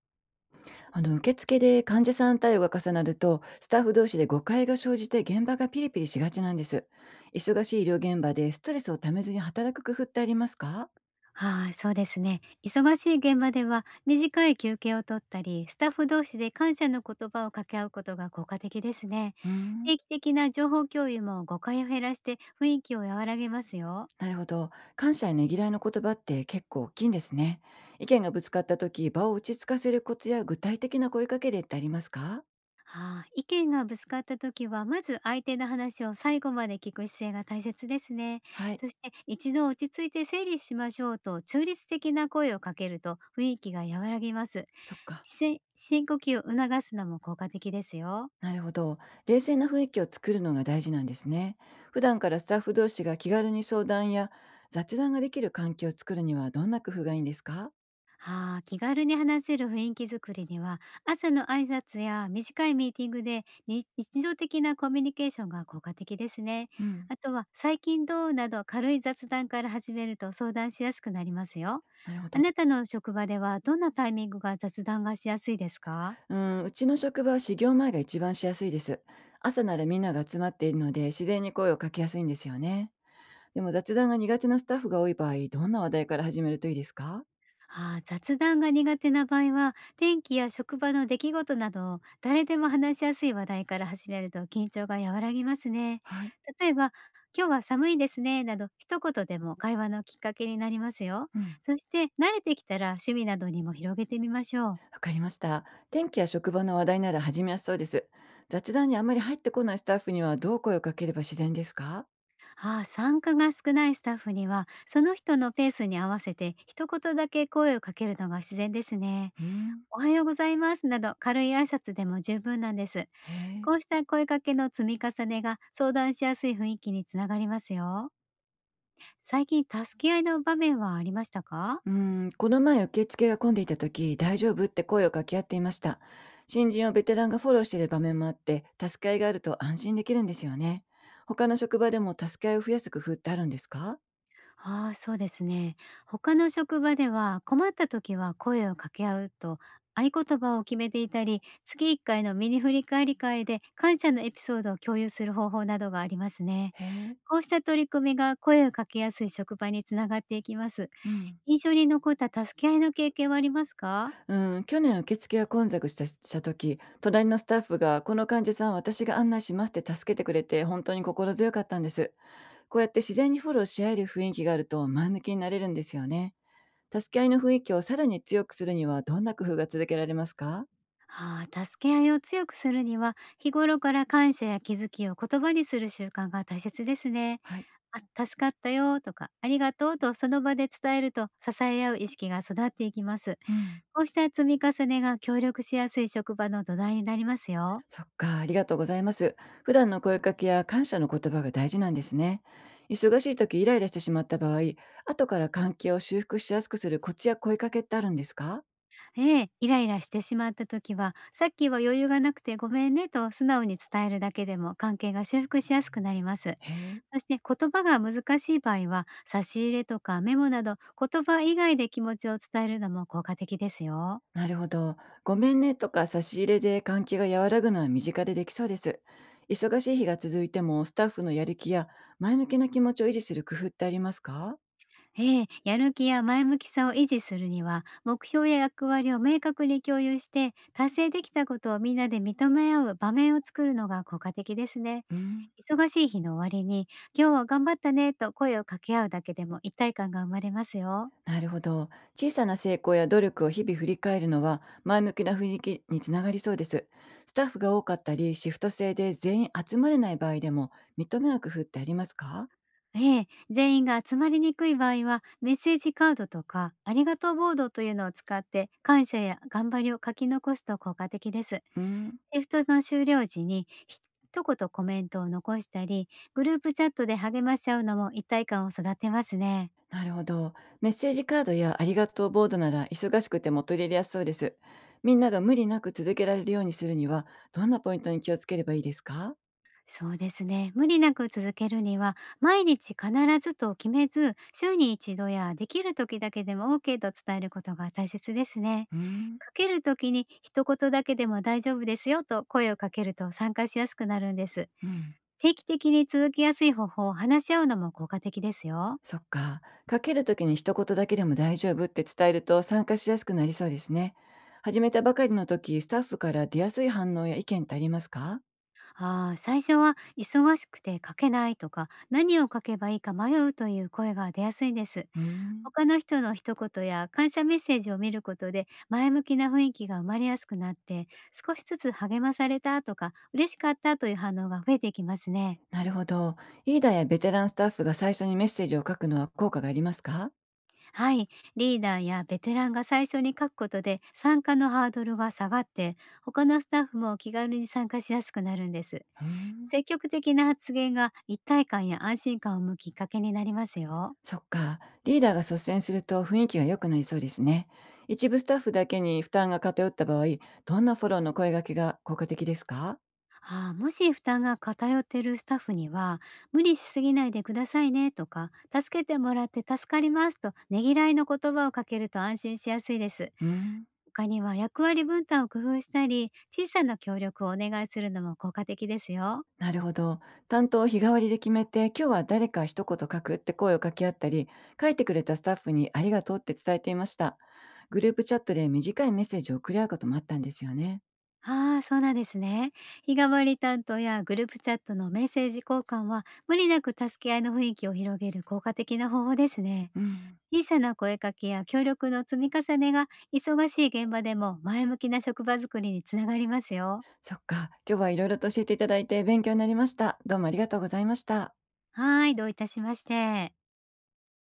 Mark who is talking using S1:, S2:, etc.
S1: あの、受付で患者さん対応が重なるとスタッフ同士で誤解が生じて、現場がピリピリしがちなんです。忙しい医療現場でストレスをためずに働く工夫ってありますか？
S2: はい、そうですね。忙しい現場では短い休憩を取ったり、スタッフ同士で感謝の言葉を掛け合うことが効果的ですね。
S1: うーん。
S2: 定期的な情報共有も誤解を減らして雰囲気を和らげますよ。
S1: なるほど。感謝やねぎらいの言葉って結構大きいんですね。意見がぶつかった時、場を落ち着かせるコツや具体的な声かけ例ってありますか？
S2: はい、意見がぶつかった時は、まず相手の話を最後まで聞く姿勢が大切ですね。
S1: はい。
S2: そして、一度落ち着いて整理しましょうと中立的な声をかけると雰囲気が和らぎます。
S1: そっか。
S2: 視線深呼吸を促すのも効果的ですよ。
S1: なるほど。冷静な雰囲気を作るのが大事なんですね。普段からスタッフ同士が気軽に相談や雑談ができる環境を作るにはどんな工夫がいいんですか？
S2: ああ、気軽に話せる雰囲気づくりには、朝の挨拶や短いミーティングでに日常的なコミュニケーションが効果的ですね。
S1: うん。
S2: あとは、最近どうなど軽い雑談から始めると相談しやすくなりますよ。
S1: なるほ
S2: あ
S1: ど。
S2: なたの職場ではどんなタイミングが雑談がしやすいですか？
S1: うん、うちの職場は始業前が一番しやすいです。朝ならみんなが集まっているので自然に声をかけやすいんですよね。でも雑談が苦手なスタッフが多い場合、どんな話題から始めるといいですか？
S2: ああ、雑談が苦手な場合は、天気や職場の出来事など、誰でも話しやすい話題から始めると緊張が和らぎますね。
S1: はい。
S2: 例えば、今日は寒いですね、など一言でも会話のきっかけになりますよ。
S1: うん。
S2: そして、慣れてきたら趣味などにも広げてみましょう。
S1: わかりました。天気や職場の話題なら始めやすそうです。雑談にあまり入ってこないスタッフにはどう声をかければ自然ですか？
S2: ああ、参加が少ないスタッフには、その人のペースに合わせて一言だけ声をかけるのが自然ですね。
S1: うん。
S2: おはようございますなど軽い挨拶でも十分なんです。
S1: へえ。
S2: こうした声かけの積み重ねが相談しやすい雰囲気につながりますよ。最近助け合いの場面はありましたか？
S1: うん、この前受付が混んでいた時、大丈夫って声を掛け合っていました。新人をベテランがフォローしている場面もあって、助け合いがあると安心できるんですよね。他の職場でも助け合いを増やす工夫ってあるんですか？
S2: ああ、そうですね。他の職場では、困った時は声を掛け合うと合言葉を決めていたり、月1回のミニ振り返り会で感謝のエピソードを共有する方法などがありますね。
S1: へえ。
S2: こうした取り組みが声をかけやすい職場につながっていきます。
S1: うん。
S2: 印象に残った助け合いの経験はありますか？
S1: うん、去年受付が混雑した時、隣のスタッフが、この患者さん私が案内しますって助けてくれて、本当に心強かったんです。こうやって自然にフォローし合える雰囲気があると前向きになれるんですよね。助け合いの雰囲気をさらに強くするにはどんな工夫が続けられますか？
S2: ああ、助け合いを強くするには、日頃から感謝や気づきを言葉にする習慣が大切ですね。
S1: はい。
S2: あ、助かったよとか、ありがとうとその場で伝えると、支え合う意識が育っていきます。
S1: うん。
S2: こうした積み重ねが協力しやすい職場の土台になりますよ。
S1: そっか、ありがとうございます。普段の声かけや感謝の言葉が大事なんですね。忙しい時イライラしてしまった場合、後から関係を修復しやすくするコツや声かけってあるんですか？
S2: ええ、イライラしてしまった時は、さっきは余裕がなくてごめんねと素直に伝えるだけでも関係が修復しやすくなります。
S1: へえ。
S2: そして、言葉が難しい場合は、差し入れとかメモなど言葉以外で気持ちを伝えるのも効果的ですよ。
S1: なるほど。ごめんねとか差し入れで関係が和らぐのは身近でできそうです。忙しい日が続いてもスタッフのやる気や前向きな気持ちを維持する工夫ってありますか？
S2: ええ、やる気や前向きさを維持するには、目標や役割を明確に共有して、達成できたことをみんなで認め合う場面を作るのが効果的ですね。
S1: うん。
S2: 忙しい日の終わりに、今日は頑張ったねと声を掛け合うだけでも一体感が生まれますよ。
S1: なるほど。小さな成功や努力を日々振り返るのは前向きな雰囲気につながりそうです。スタッフが多かったり、シフト制で全員集まれない場合でも認め合う工夫ってありますか？
S2: ええ、全員が集まりにくい場合は、メッセージカードとか、ありがとうボードというのを使って、感謝や頑張りを書き残すと効果的です。
S1: うーん。
S2: シフトの終了時に、一言コメントを残したり、グループチャットで励まし合うのも一体感を育てますね。
S1: なるほど。メッセージカードやありがとうボードなら忙しくても取り入れやすそうです。みんなが無理なく続けられるようにするにはどんなポイントに気をつければいいですか？
S2: そうですね。無理なく続けるには、毎日必ずと決めず、週に一度やできる時だけでも OK と伝えることが大切ですね。
S1: うーん。
S2: かけるときに一言だけでも大丈夫ですよと声をかけると参加しやすくなるんです。
S1: うん。
S2: 定期的に続きやすい方法を話し合うのも効果的ですよ。
S1: そっか。かけるときに一言だけでも大丈夫って伝えると参加しやすくなりそうですね。始めたばかりの時、スタッフから出やすい反応や意見ってありますか？
S2: ああ、最初は忙しくて書けないとか何を書けばいいか迷うという声が出やすいんです。
S1: うーん。
S2: 他の人の一言や感謝メッセージを見ることで前向きな雰囲気が生まれやすくなって、少しずつ励まされたとか嬉しかったという反応が増えていきますね。
S1: なるほど。リーダーやベテランスタッフが最初にメッセージを書くのは効果がありますか？
S2: はい、リーダーやベテランが最初に書くことで参加のハードルが下がって、他のスタッフも気軽に参加しやすくなるんです。
S1: うーん。
S2: 積極的な発言が一体感や安心感を生むきっかけになりますよ。
S1: そっか。リーダーが率先すると雰囲気が良くなりそうですね。一部スタッフだけに負担が偏った場合、どんなフォローの声掛けが効果的ですか？
S2: ああ、もし負担が偏っているスタッフには、無理しすぎないでくださいねとか、助けてもらって助かりますとねぎらいの言葉をかけると安心しやすいです。
S1: うーん。
S2: 他には、役割分担を工夫したり、小さな協力をお願いするのも効果的ですよ。
S1: なるほど。担当を日替わりで決めて、今日は誰か一言書くって声を掛け合ったり、書いてくれたスタッフにありがとうって伝えていました。グループチャットで短いメッセージを送り合うこともあったんですよね。
S2: ああ、そうなんですね。日替わり担当やグループチャットのメッセージ交換は、無理なく助け合いの雰囲気を広げる効果的な方法ですね。
S1: うん。
S2: 小さな声かけや協力の積み重ねが、忙しい現場でも前向きな職場づくりにつながりますよ。
S1: そっか。今日はいろいろと教えていただいて勉強になりました。どうもありがとうございました。
S2: はい、どういたしまして。